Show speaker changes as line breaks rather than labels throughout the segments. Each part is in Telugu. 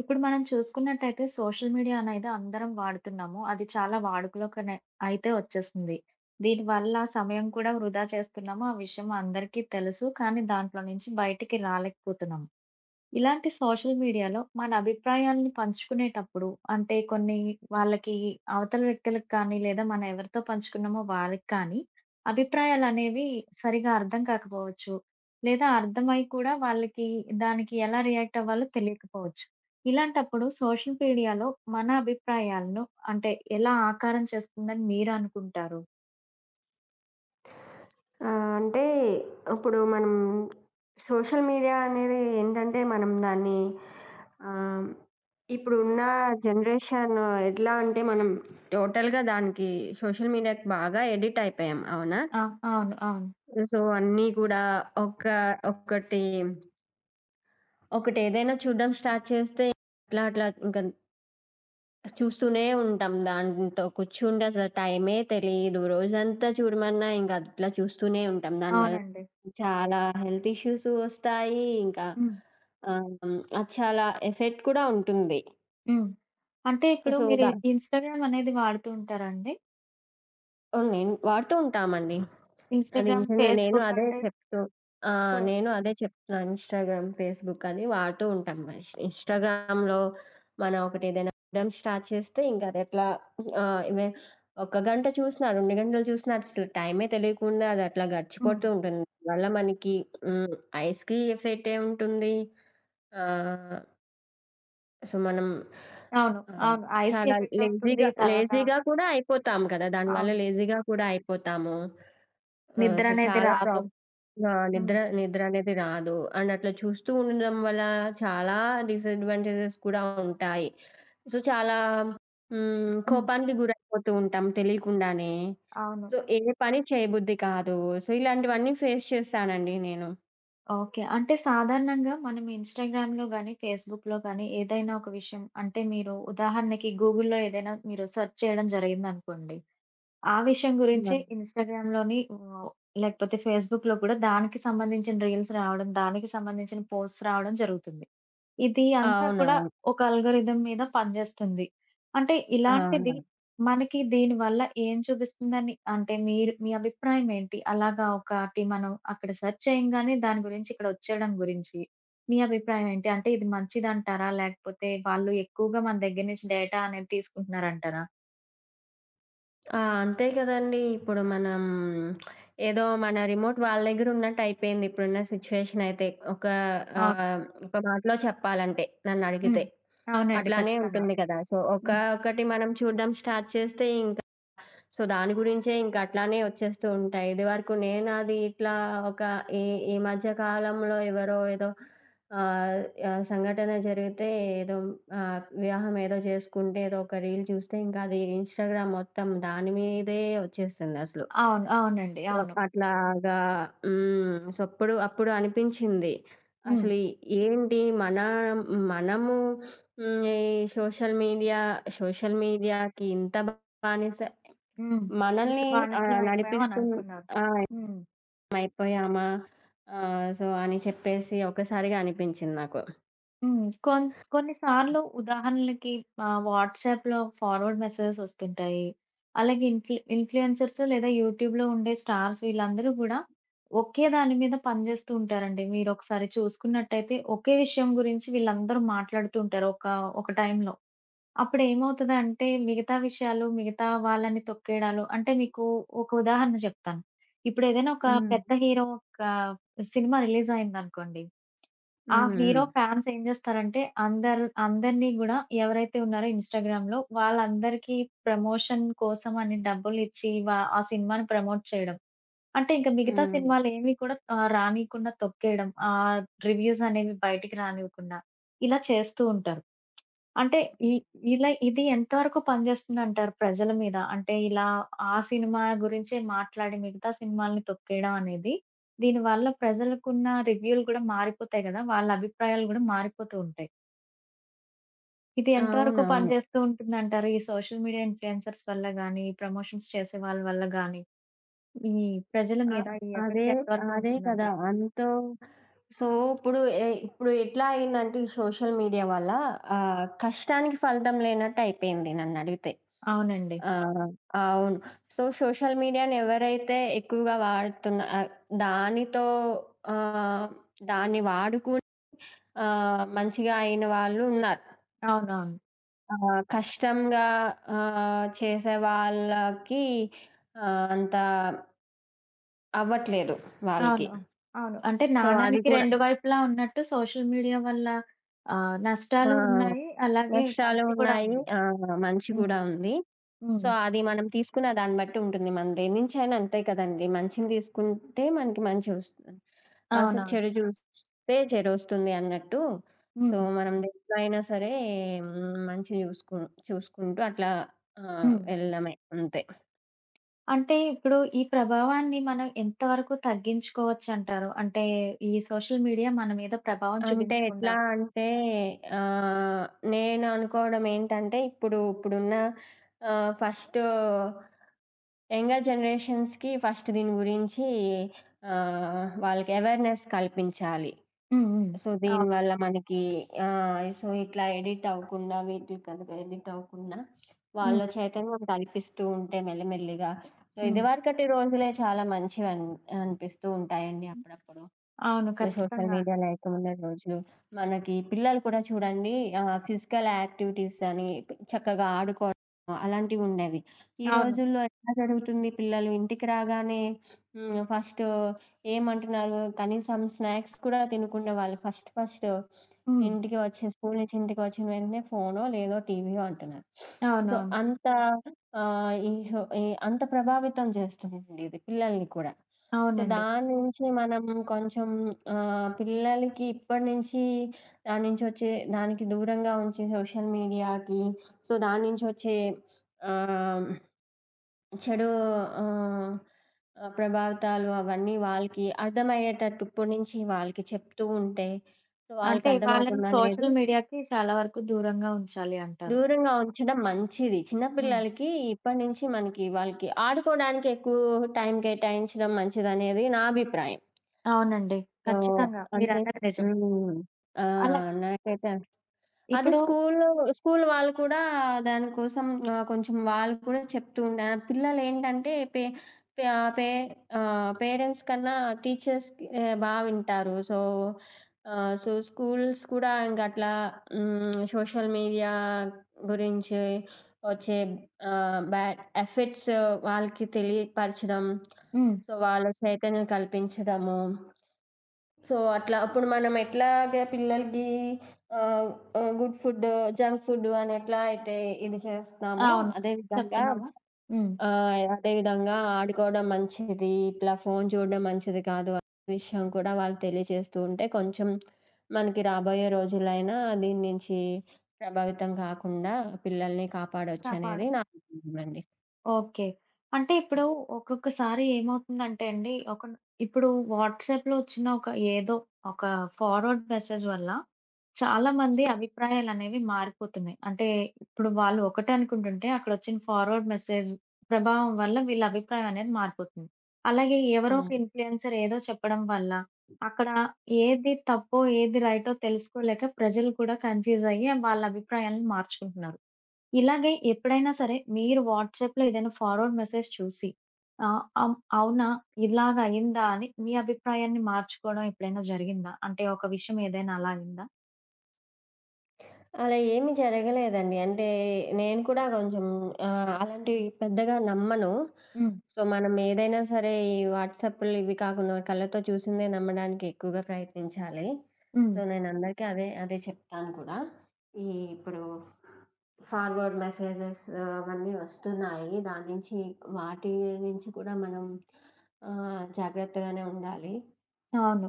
ఇప్పుడు మనం చూసుకున్నట్టయితే సోషల్ మీడియా అనేది అందరం వాడుతున్నాము. అది చాలా వాడుకలోకనే అయితే వచ్చేసింది. దీనివల్ల సమయం కూడా వృధా చేస్తున్నాము. ఆ విషయం అందరికీ తెలుసు. కానీ దాంట్లో నుంచి బయటికి రాలేకపోతున్నాం. ఇలాంటి సోషల్ మీడియాలో మన అభిప్రాయాలను పంచుకునేటప్పుడు అంటే కొన్ని వాళ్ళకి అవతల వ్యక్తులకు కానీ లేదా మనం ఎవరితో పంచుకున్నామో వాళ్ళకి కానీ అభిప్రాయాలు అనేవి సరిగా అర్థం కాకపోవచ్చు. లేదా అర్థమై కూడా వాళ్ళకి దానికి ఎలా రియాక్ట్ అవ్వాలో తెలియకపోవచ్చు. ఇలాంటప్పుడు సోషల్ మీడియాలో మన అభిప్రాయాలను అంటే ఎలా ఆకారం చేస్తుందని మీరు అనుకుంటారు?
ఆ! అంటే ఇప్పుడు మనం సోషల్ మీడియా అనేది ఏంటంటే మనం దాన్ని ఆహ్, ఇప్పుడున్న జనరేషన్ ఎట్లా అంటే మనం టోటల్‌గా దానికి సోషల్ మీడియాకి బాగా ఎడిక్ట్ అయిపోయాం. అవునా?
ఆ! అవును. అవును.
సో, అన్నీ కూడా ఒక ఒకటి ఒకటేదైనా చూడడం స్టార్ట్ చేస్తే అట్లా అట్లా ఇంక చూస్తూనే ఉంటాం. దాంతో కూర్చుంటే అసలు టైమే తెలీదు. రోజంతా చూడమన్నా ఇంక అట్లా చూస్తూనే ఉంటాం. దానివల్ల
అవునండి.
చాలా హెల్త్ ఇష్యూస్ వస్తాయి. ఇంకా
హ్మ్.
ఆహ్, అది చాలా ఎఫెక్ట్ కూడా ఉంటుంది.
హ్మ్. అంటే ఇప్పుడు
సో,
మీరు
దా
ఇన్‌స్టాగ్రామ్ అనేది వాడుతూ ఉంటారా అండి?
ఓ నేను వాడుతూ ఉంటామండి. అది
ఇన్‌స్టాగ్రామ్,
నిజంగా. నేను
ఫేస్‌బుక్
అదే
అంటే
చెప్తూ ఆ!
సో
నేను అదే చెప్తున్నా. ఇన్‌స్టాగ్రామ్, ఫేస్‌బుక్ అని వాడుతూ ఉంటాం. మరి ఇన్‌స్టాగ్రామ్‌లో మనం ఒకటేదైనా చూడడం స్టార్ట్ చేస్తే ఇంక అదెట్లా ఆహ్, ఇవే 1 గంట చూసినా, 2 గంటలు చూసినా అసలు టైమే తెలియకుండా అదట్లా
హ్మ్.
గడిచిపోతూ ఉంటుంది. వల్ల మనకి హ్మ్. ఐస్‌కి ఎఫెక్టే ఉంటుంది. ఆహ్, సో, మనం
అవును.
ఆహ్,
అవును. ఐస్‌కి
చాలా
ఎఫెక్ట్ వస్తుంది.
లేజీగా
తర్వాత
లేజీగా కూడా అయిపోతాం కదా! దానివల్ల
అవును.
లేజీగా కూడా అయిపోతాము.
నిద్ర
సో,
అనేది
చాలా
రాదు.
ప్రాబ్ ఆ! నిద్ర
హ్మ్.
నిద్ర అనేది రాదు. అండ్ అట్లా చూస్తూ ఉండడం వల్ల చాలా డిసడ్వాంటేజెస్ కూడా ఉంటాయి. సో, చాలా హ్మ్.
హ్మ్.
కోపానికి గురైపోతూ ఉంటాం తెలియకుండానే.
అవును.
సో, ఏ పని చేయబుద్ధి కాదు. సో, ఇలాంటివన్నీ ఫేస్ చేశానండి నేను.
ఓకే. అంటే సాధారణంగా మనం ఇన్‌స్టాగ్రామ్‌లో గాని, ఫేస్‌బుక్‌లో గాని ఏదైనా ఒక విషయం అంటే మీరు ఉదాహరణకి గూగుల్‌లో ఏదైనా మీరు సెర్చ్ చేయడం జరిగిందనుకోండి. ఆ విషయం గురించి
హ్మ్.
ఇన్‌స్టాగ్రామ్‌లోని లేకపోతే ఫేస్‌బుక్‌లో కూడా దానికి సంబంధించిన రీల్స్ రావడం, దానికి సంబంధించిన పోస్ట్స్ రావడం జరుగుతుంది. ఇది అంతా కూడా
అవునవును.
ఒక అల్గోరిథం మీద పనిజేస్తుంది. అంటే ఇలాంటిది
అవునవును.
మనకి దీనివల్ల ఏం చూపిస్తుందని అంటే మీరు మీ అభిప్రాయం ఏంటి? అలాగా ఒకటి మనం అక్కడ సెర్చ్ చేయంగానే దాని గురించి ఇక్కడ వచ్చేయడం గురించి మీ అభిప్రాయం ఏంటి? అంటే ఇది మంచిదంటారా? లేకపోతే వాళ్ళు ఎక్కువగా మన దగ్గర నుంచి డేటా అనేది తీసుకుంటున్నారంటారా?
ఆ! అంతే కదండీ! ఇప్పుడు మనం ఏదో మన రిమోట్ వాళ్ళ దగ్గర ఉన్నట్టు అయిపోయింది ఇప్పుడున్న సిట్యుయేషన్ అయితే. ఒక
అవును.
ఆహ్, ఒక మాటలో చెప్పాలంటే
హ్మ్.
నన్నడిగితే.
అవునండి.
అట్లానే
ఖచ్చితంగా.
ఉంటుంది కదా! సో,
హ్మ్.
ఒకటి మనం చూడడం స్టార్ట్ చేస్తే ఇంక సో, దాని గురించే ఇంక అట్లానే వచ్చేస్తూ ఉంటాయి. ఇదివరకు నేనది ఇట్లా ఒక ఈ ఈ మధ్య కాలంలో ఎవరో ఏదో ఆహ్, ఆహ్, సంఘటన జరిగితే ఏదో వివాహం ఏదో చేసుకుంటే ఏదో ఒక రీల్ చూస్తే ఇంకది ఇన్‌స్టాగ్రామ్ మొత్తం దాని మీదే వచ్చేసిందసలు.
అవును. అవునండి.
సో,
అవును.
అట్లాగా హ్మ్. సో, అప్పుడు అప్పుడు అనిపించింది.
హ్మ్.
అసలు ఏంటి మనము హ్మ్. ఈ సోషల్ మీడియా సోషల్ మీడియాకి ఇంత బానిస
హ్మ్. ఇంక
మనల్ని
బానిసలం అయిపోయాం అని
నడిపిస్తూ
అనుకున్నారు.
ఆ!
హ్మ్.
అయిపోయామా? సో, అని చెప్పేసి ఒక్కసారిగా అనిపించింది నాకు.
హ్మ్. కొన్ని సార్లు ఉదాహరణలకి వాట్సాప్‌లో ఫార్వర్డ్ మెసేజెస్ వస్తుంటాయి. అలాగే ఇన్‌ఫ్లుయెన్సర్స్ లేదా యూట్యూబ్‌లో ఉండే స్టార్స్ వీళ్ళందరూ గూడా ఒకే దాని మీద పనిజేస్తూ ఉంటారండి. మీరొకసారి చూసుకున్నట్టయితే ఒకే విషయం గురించి వీళ్ళందరూ మాట్లాడుతూ ఉంటారు. ఒక, ఒక టైంలో. అప్పుడేమవుతదంటే మిగతా విషయాలు, మిగతా వాళ్ళని తొక్కేయడాలు అంటే మీకు ఒక ఉదాహరణ చెప్తాను. ఇప్పుడేదైనా ఒక
హ్మ్.
పెద్ద హీరో ఒక సినిమా రిలీజ్ అయిందనుకోండి. ఆ
హ్మ్.
హీరో
హ్మ్.
ఫ్యాన్స్ ఏం జేస్తారంటే, అందరు అందరిని గూడా ఎవరైతే ఉన్నారో ఇన్‌స్టాగ్రామ్‌లో వాళ్ళందరికీ ప్రమోషన్ కోసమని డబ్బులిచ్చి ఆ సినిమాని ప్రమోట్ చేయడం. అంటే ఇంక మిగతా
హ్మ్.
సినిమాలేవి కూడా రానీయకుండా తొక్కేయడం. రివ్యూస్ అనేవి బయటికి రానివ్వకుండా ఇలా చేస్తూ ఉంటారు. అంటే ఇ ఇలా ఇది ఎంతవరకు పనిచేస్తుందంటారు ప్రజల మీద? అంటే ఇలా ఆ సినిమా గురించే మాట్లాడి మిగతా సినిమాల్ని తొక్కేయడం అనేది, దీనివల్ల ప్రజలకున్న రివ్యూలు గూడా మారిపోతాయి గదా! వాళ్ళ అభిప్రాయాలు గూడా మారిపోతూ ఉంటాయి. ఇది ఎంతవరకు
అవునవును.
పనిచేస్తూ ఉంటుందంటారు? ఈ సోషల్ మీడియా ఇన్‌ఫ్లుయెన్సర్స్ వల్ల గానీ, ఈ ప్రమోషన్స్ చేసే వాళ్ళ వల్ల గానీ, ఈ ప్రజల
అ
మీద ఈ
అదే
ఎఫెక్ట్ ఎంతవరకు
అదే కదా!
ఉంటుందంటారు?
అంతో సో, ఇప్పుడు ఇప్పుడు ఎట్లా అయిందంటే ఈ సోషల్ మీడియా వల్ల కష్టానికి ఫలితం లేనట్టయిపోయింది నన్నడిగితే.
అవునండి.
ఆహ్, అవును. సో, సోషల్ మీడియాని ఎవరైతే ఎక్కువగా వాడుతున్న దానితో ఆహ్, దాన్ని వాడుకుని మంచిగా అయిన వాళ్ళు ఉన్నారు.
అవునవును.
కష్టంగా చేసే వాళ్ళకి ఆహ్, అంత అవ్వట్లేదు వాళ్ళకి.
అవును. అవును. అంటే
సో, అది
నాణానికి
కూడా
రెండు వైపులా ఉన్నట్టు సోషల్ మీడియా వల్ల
ఆ!
నష్టాలు ఉన్నాయి. అలాగే
నష్టాలు
మంచి కూడా
ఉన్నాయి.
ఉంది.
ఆ! మంచి
హ్మ్.
గూడా ఉంది. సో,
హ్మ్.
అది మనం తీసుకున్న దాన్ని బట్టి ఉంటుంది. మనం దేన్నించైనా అంతే కదండీ! మంచిని తీసుకుంటే మనకి మంచి వస్తుంది. సో,
అవునవును.
చెడు చూస్తే చెడొస్తుంది అన్నట్టు. సో,
హ్మ్.
మనం దేంట్లో అయినా సరే మంచి చూసుకు చూసుకుంటూ అట్లా
హ్మ్.
వెళ్ళడమే అంతే.
అంటే ఇప్పుడు ఈ ప్రభావాన్ని మనం ఎంతవరకు తగ్గించుకోవచ్చంటారు? అంటే ఈ సోషల్ మీడియా మన మీద ప్రభావం
అంటే
చూపించకుండా.
ఎట్లా అంటే ఆహ్, నేను అనుకోవడం ఏంటంటే ఇప్పుడున్న ఆహ్, ఫస్టు యంగర్ జనరేషన్స్‌కి ఫస్ట్ దీని గురించి వాళ్ళకి అవేర్‌నెస్ కల్పించాలి.
హ్మ్. హ్మ్.
సో,
అవును.
దీనివల్ల మనకి ఇట్లా ఎడిట్ అవ్వకుండా వీటికి కనుక ఎడిట్ అవ్వకుండా
హ్మ్.
వాళ్ళ చైతన్యం కల్పిస్తూ ఉంటే మెల్లిమెల్లిగా సో,
హ్మ్.
ఇదివరకటి రోజులే చాలా మంచివి అనిపిస్తూ ఉంటాయండి అప్పుడప్పుడు.
అవును.
సో, సోషల్
ఖచ్చితంగా
మీడియా
అండి.
లేకమున్నటి రోజులు మనకి పిల్లలు కూడా చూడండి ఫిజికల్ యాక్టివిటీస్ అని చక్కగా ఆడుకోవడం అలాంటివుండేవి. ఈ
అవును.
రోజుల్లో ఎట్లా జరుగుతుంది పిల్లలు ఇంటికి రాగానే హ్మ్, ఫస్ట్ ఏమంటున్నారు కనీసం స్నాక్స్ కూడా తినకుండా వాళ్ళు ఫస్ట్ ఫస్ట్
హ్మ్.
ఇంటికి వచ్చి స్కూలు నుంచి ఇంటికి వచ్చిన వెంటనే ఫోనో లేదో టీవీయో అంటున్నారు. సో,
అవునవును.
అంత ఆహ్, ఈ సో, ఈ అంత ప్రభావితం చేస్తుంది ఇది పిల్లల్ని కూడా. సో,
అవునండి.
దాని నుంచి మనం కొంచెం పిల్లలకి ఇప్పటి నుంచి దాని నుంచి వచ్చే దానికి దూరంగా ఉంచి సోషల్ మీడియాకి సో, దాని నుంచి వచ్చే ఆహ్, చెడు ఆహ్, ఆహ్, ప్రభావితాలు అవన్నీ వాళ్ళకి అర్థమయ్యేటట్టు ఇప్పటి నుంచి వాళ్ళకి చెప్తూ ఉంటే, సో, వాళ్ళకి
అంటే వాళ్ళని
అర్థమవుతుంది
సోషల్
అనేది
మీడియాకి చాలా వరకు దూరంగా ఉంచాలి అంటారు.
దూరంగా ఉంచడం మంచిది. చిన్న
హ్మ్.
పిల్లలకి ఇప్పటి నుంచి మనకి వాళ్ళకి ఆడుకోవడానికి ఎక్కువ టైం కేటాయించడం మంచిదనేది నా అభిప్రాయం.
అవునండి.
సో,
ఖచ్చితంగా.
అంటే
మీరన్నది నిజం.
హ్మ్. ఆ!
అలా
నాకైతే అది
ఇప్పుడు
స్కూల్లో స్కూల్ వాళ్ళు కూడా దానికోసం కొంచెం వాళ్ళు కూడా చెప్తూ ఉండే. పిల్లలేంటంటే పే పే ఆహ్, పే ఆహ్, పేరెంట్స్ కన్నా టీచర్స్‌కి ఆహ్, బా వింటారు. సో, స్కూల్స్ కూడా ఇంకట్లా హ్మ్. సోషల్ మీడియా గురించి వచ్చే బ్యాడ్ ఎఫెక్ట్స్ వాళ్ళకి తెలియపరచడం.
హ్మ్.
సో, వాళ్ళ చైతన్యం కల్పించడము. సో అట్లా అప్పుడు మనం ఎట్లాగ పిల్లలకి గుడ్ ఫుడ్, జంక్ ఫుడ్ అని ఎట్లా అయితే ఇది చేస్తామో
అవును.
అదే విధంగా
చెప్తున్నాము. హ్మ్.
అదే విధంగా ఆడుకోవడం మంచిది. ఇట్లా ఫోను చూడడం మంచిది కాదు అనే విషయం కూడా వాళ్ళు తెలియజేస్తూ ఉంటే కొంచెం మనకి రాబోయే రోజులైనా దీని నుంచి ప్రభావితం కాకుండా పిల్లల్ని
కాపాడు.
కాపాడొచ్చనేది నా ఉద్దేశమండి.
ఓకే. అంటే ఇప్పుడు ఒక్కొక్కసారి ఏమవుతుందంటే అండి, ఒక ఇప్పుడు వాట్సాప్‌లో వచ్చిన ఒక ఏదో ఒక ఫార్వర్డ్ మెసేజ్ వల్ల చాలా మంది అభిప్రాయాలనేవి మారిపోతున్నాయి. అంటే ఇప్పుడు వాళ్ళు ఒకటే అనుకుంటుంటే అక్కడొచ్చిన ఫార్వర్డ్ మెసేజ్ ప్రభావం వల్ల వీళ్ళ అభిప్రాయం అనేది మారిపోతుంది. అలాగే ఎవరో ఒక
హ్మ్.
ఇన్‌ఫ్లుయెన్సర్ ఏదో చెప్పడం వల్ల అక్కడ ఏది తప్పో, ఏది రైటో తెలుసుకోలేక ప్రజలు కూడా కన్‌ఫ్యూజ్ అయ్యి వాళ్ళ అభిప్రాయాలను మార్చుకుంటున్నారు. ఇలాగే ఎప్పుడైనా సరే మీరు వాట్సాప్‌లో ఏదైనా ఫార్వర్డ్ మెసేజ్ చూసి ఆహ్, అం అవునా! ఇలాగ అయిందా! అని మీ అభిప్రాయాన్ని మార్చుకోవడం ఎప్పుడైనా జరిగిందా? అంటే ఒక విషయం ఏదైనా అలా అయిందా?
అలా ఏమీ జరగలేదండి. అంటే నేను కూడా కొంచెం అలాంటివి పెద్దగా నమ్మను. సో, మనం ఏదైనా సరే ఈ వాట్సాప్‌లు ఇవి కాకుండా కళ్ళతో చూసిందే నమ్మడానికి ఎక్కువగా ప్రయత్నించాలి.
హ్మ్.
సో, నేను అందరికీ అదే చెప్తాను కూడా. ఈ ఇప్పుడు ఫార్వర్డ్ మెసేజెస్ అవన్నీ వస్తున్నాయి. దాని నుంచి వాటి నుంచి కూడా మనం జాగ్రత్తగానే ఉండాలి.
అవును.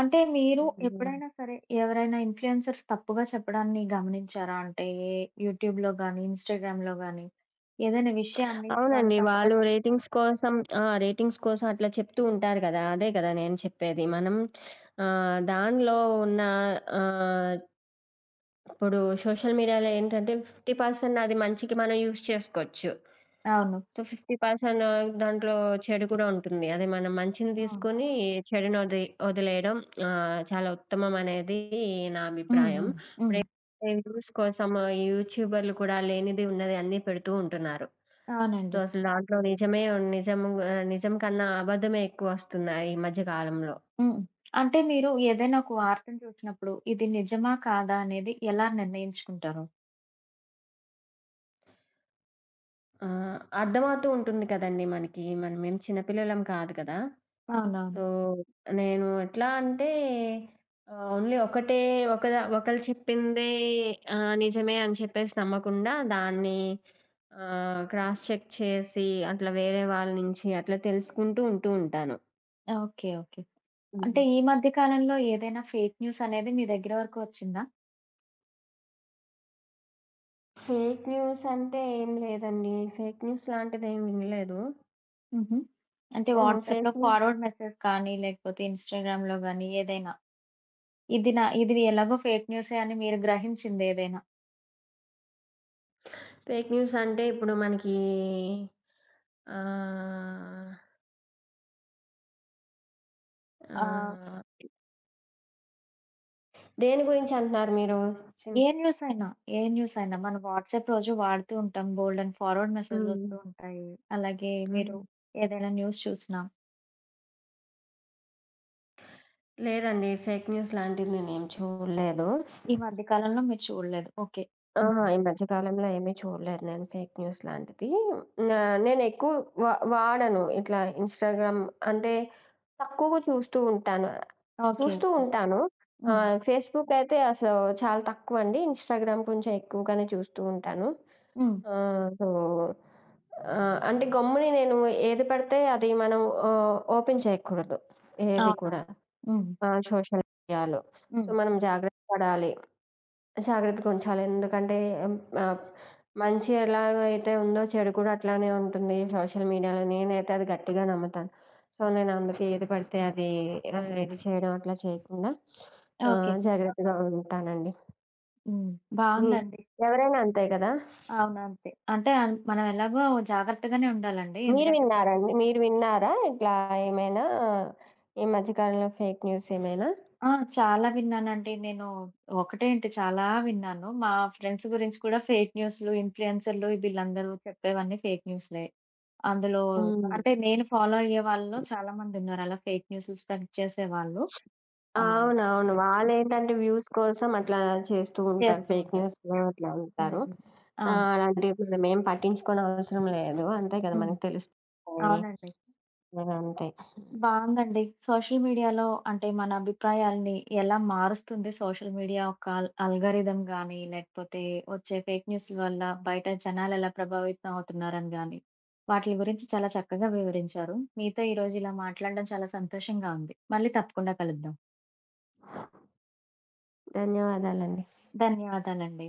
అంటే మీరు
హ్మ్.
ఎప్పుడైనా సరే ఎవరైనా ఇన్‌ఫ్లుయెన్సర్స్ తప్పుగా చెప్పడాన్ని గమనించారా? అంటే యూట్యూబ్‌లో గాని, ఇన్‌స్టాగ్రామ్‌లో గాని ఏదైనా విషయాన్ని వాళ్ళు
అవునండి.
తప్పుగా
వాళ్ళు
చెప్
రేటింగ్స్ కోసం ఆ! రేటింగ్స్ కోసం అట్లా చెప్తూ ఉంటారు కదా! అదే కదా నేను చెప్పేది. మనం ఆహ్, దానిలో ఉన్న ఆహ్, ఇప్పుడు సోషల్ మీడియాలో ఏంటంటే 50% అది మంచికి మనం యూజ్ చేసుకోవచ్చు.
అవును.
సో, 50% దాంట్లో చెడు కూడా ఉంటుంది. అదే మనం మంచిని
హ్మ్.
తీసుకొని చెడుని వది వదిలేయడం చాలా ఉత్తమమనేది నా
హ్మ్.
అభిప్రాయం.
హ్మ్. హ్మ్.
ఇప్పుడేంటంటే వ్యూస్ కోసం యూట్యూబర్‌లు కూడా లేనిది, ఉన్నది అన్నీ పెడుతూ ఉంటున్నారు. సో,
అవునండి.
అసలు దాంట్లో నిజమే ఉం- నిజం ఆహ్, నిజం కన్నా అబద్ధమే ఎక్కువొస్తున్నాయి ఈ మధ్య కాలంలో.
హ్మ్. అంటే మీరు ఏదైనా ఒక వార్తను చూసినప్పుడు ఇది నిజమా? కాదా? అనేది ఎలా నిర్ణయించుకుంటారు?
ఆ! అర్థమవుతూ ఉంటుంది కదండీ మనకి. మనమేం చిన్నపిల్లలం కాదు కదా!
అవునవును.
ఓహ్! నేను ఎట్లా అంటే ఓన్లీ ఒకటే ఒకద ఒకళ్ళు చెప్పిందే నిజమే అని చెప్పేసి నమ్మకుండా దాన్ని క్రాస్ చెక్ చేసి అట్లా వేరే వాళ్ళ నుంచి అట్లా తెలుసుకుంటూ ఉంటాను.
ఓకే. ఓకే. అంటే
హ్మ్.
ఈ మధ్య కాలంలో ఏదైనా ఫేక్ న్యూస్ అనేది మీ దగ్గర వరకు వచ్చిందా?
ఫేక్ న్యూస్ అంటే ఏం లేదండి. ఫేక్ న్యూస్ లాంటిదేమి వినలేదు.
హుహు. అంటే
హ్మ్.
వాట్సాప్‌లో ఫార్వర్డ్ మెసేజ్ కానీ, లేకపోతే ఇన్‌స్టాగ్రామ్‌లో గానీ ఏదైనా. ఇది ఎలాగో ఫేక్ న్యూసే అని మీరు గ్రహించిందేదైనా?
ఫేక్ న్యూస్ అంటే ఇప్పుడు మనకి ఆహ్,
ఆ!
ఆహ్, దేని గురించి అంటున్నారు మీరు? చిన్
ఏ న్యూస్ అయినా, ఏ న్యూస్ అయినా మనం వాట్సాప్ రోజు వాడుతూ ఉంటాం. బోలెడన్ని ఫార్వర్డ్
హ్మ్.
మెసేజ్‌లొస్తూ ఉంటాయి. అలాగే మీరు
హ్మ్.
ఏదైనా న్యూస్ చూసినా,
లేదండి. ఫేక్ న్యూస్ లాంటిది నేనేమి చూడలేదు.
ఈ మధ్య కాలంలో మీరు చూడలేదు. ఓకే. హ్మ్.
ఆహా! ఈ మధ్య కాలంలో ఏమీ చూడలేదు నేను ఫేక్ న్యూస్ లాంటిది. నా నేనెక్కువ వాడను. ఇట్లా ఇన్‌స్టాగ్రామ్ అంటే తక్కువగా చూస్తూ ఉంటాను.
ఓకే.
చూస్తూ
ఓకే.
ఉంటాను.
హ్మ్.
ఫేస్‌బుక్ అయితే అసలు చాలా తక్కువండి. ఇన్‌స్టాగ్రామ్ కొంచెం ఎక్కువగానే చూస్తూ ఉంటాను.
హ్మ్.
ఆహ్, సో, అంటే గమ్ముని నేను ఏది పడితే అది మనం ఓపెన్ చేయకూడదు. ఏది
అవునవును.
కూడా.
హ్మ్.
ఆ! సోషల్ మీడియాలో. సో,
హ్మ్.
మనం జాగ్రత్త పడాలి. జాగ్రత్తగుంచాలి. ఎందుకంటే హ్మ్, ఆహ్, మంచి ఎలాగైతే ఉందో చెడు కూడా అట్లానే ఉంటుంది సోషల్ మీడియాలో. నేనైతే అది గట్టిగా నమ్ముతాను. సో, నేను అందుకే ఏది పడితే అది ఇది చేయడం అట్లా చేయకుండా
ఓకే.
జాగ్రత్తగా ఉంటానండి.
హ్మ్.
హ్మ్.
బావుందండి.
ఎవరైనా అంతే కదా!
అవును. అంతే. అంటే ఆన్ మనం ఎలాగో జాగ్రత్తగానే ఉండాలండి.
మీరు
ఎందుకంటే
విన్నారా
ప్రతి
అండి? మీరు విన్నారా ఇట్లా ఏమైనా ఈ మధ్య కాలంలో ఫేక్ న్యూస్ ఏమైనా?
ఆ! చాలా విన్నానండి. నేను ఒకటేంటి చాలా విన్నాను. మా ఫ్రెండ్స్ గురించి కూడా ఫేక్ న్యూస్‌లు, ఇన్‌ఫ్లుయెన్సర్‌లు వీళ్ళందరూ చెప్పేవన్నీ ఫేక్ న్యూస్‌లే. అందులో
హ్మ్.
అంటే నేను ఫాలో అయ్యే వాళ్ళలో చాలా మందున్నారు. అలా ఫేక్ న్యూస్‌లు స్ప్రెడ్ చేసేవాళ్ళు. ఆహ్,
అవునవును.
హ్మ్.
వాళ్ళేంటంటే వ్యూస్ కోసం అట్లా చేస్తూ ఉంటారు.
చేస్తూ
ఫేక్
ఉంటారు.
న్యూస్‌లో అట్లా
హ్మ్.
ఉంటారు.
హ్మ్. అవును.
అలాంటివి మనమేం పట్టించుకోనవసరం లేదు. అంతే కదా!
హ్మ్.
మనకు తెలుస్తాయి.
అవునండి.
అవును అంతే.
బావుందండి. సోషల్ మీడియాలో అంటే మన అభిప్రాయాల్ని ఎలా మారుస్తుంది సోషల్ మీడియా ఒక అల్గారిథం గాని, లేకపోతే వచ్చే ఫేక్ న్యూస్‌ల వల్ల బయట జనాలెలా ప్రభావితం అవుతున్నారని గాని, వాటిలి గురించి చాలా చక్కగా వివరించారు. మీతో ఈరోజు ఇలా మాట్లాడడం చాలా సంతోషంగా ఉంది. మళ్ళీ తప్పకుండా కలుద్దాం.
ధన్యవాదాలండి.
ధన్యవాదాలండి.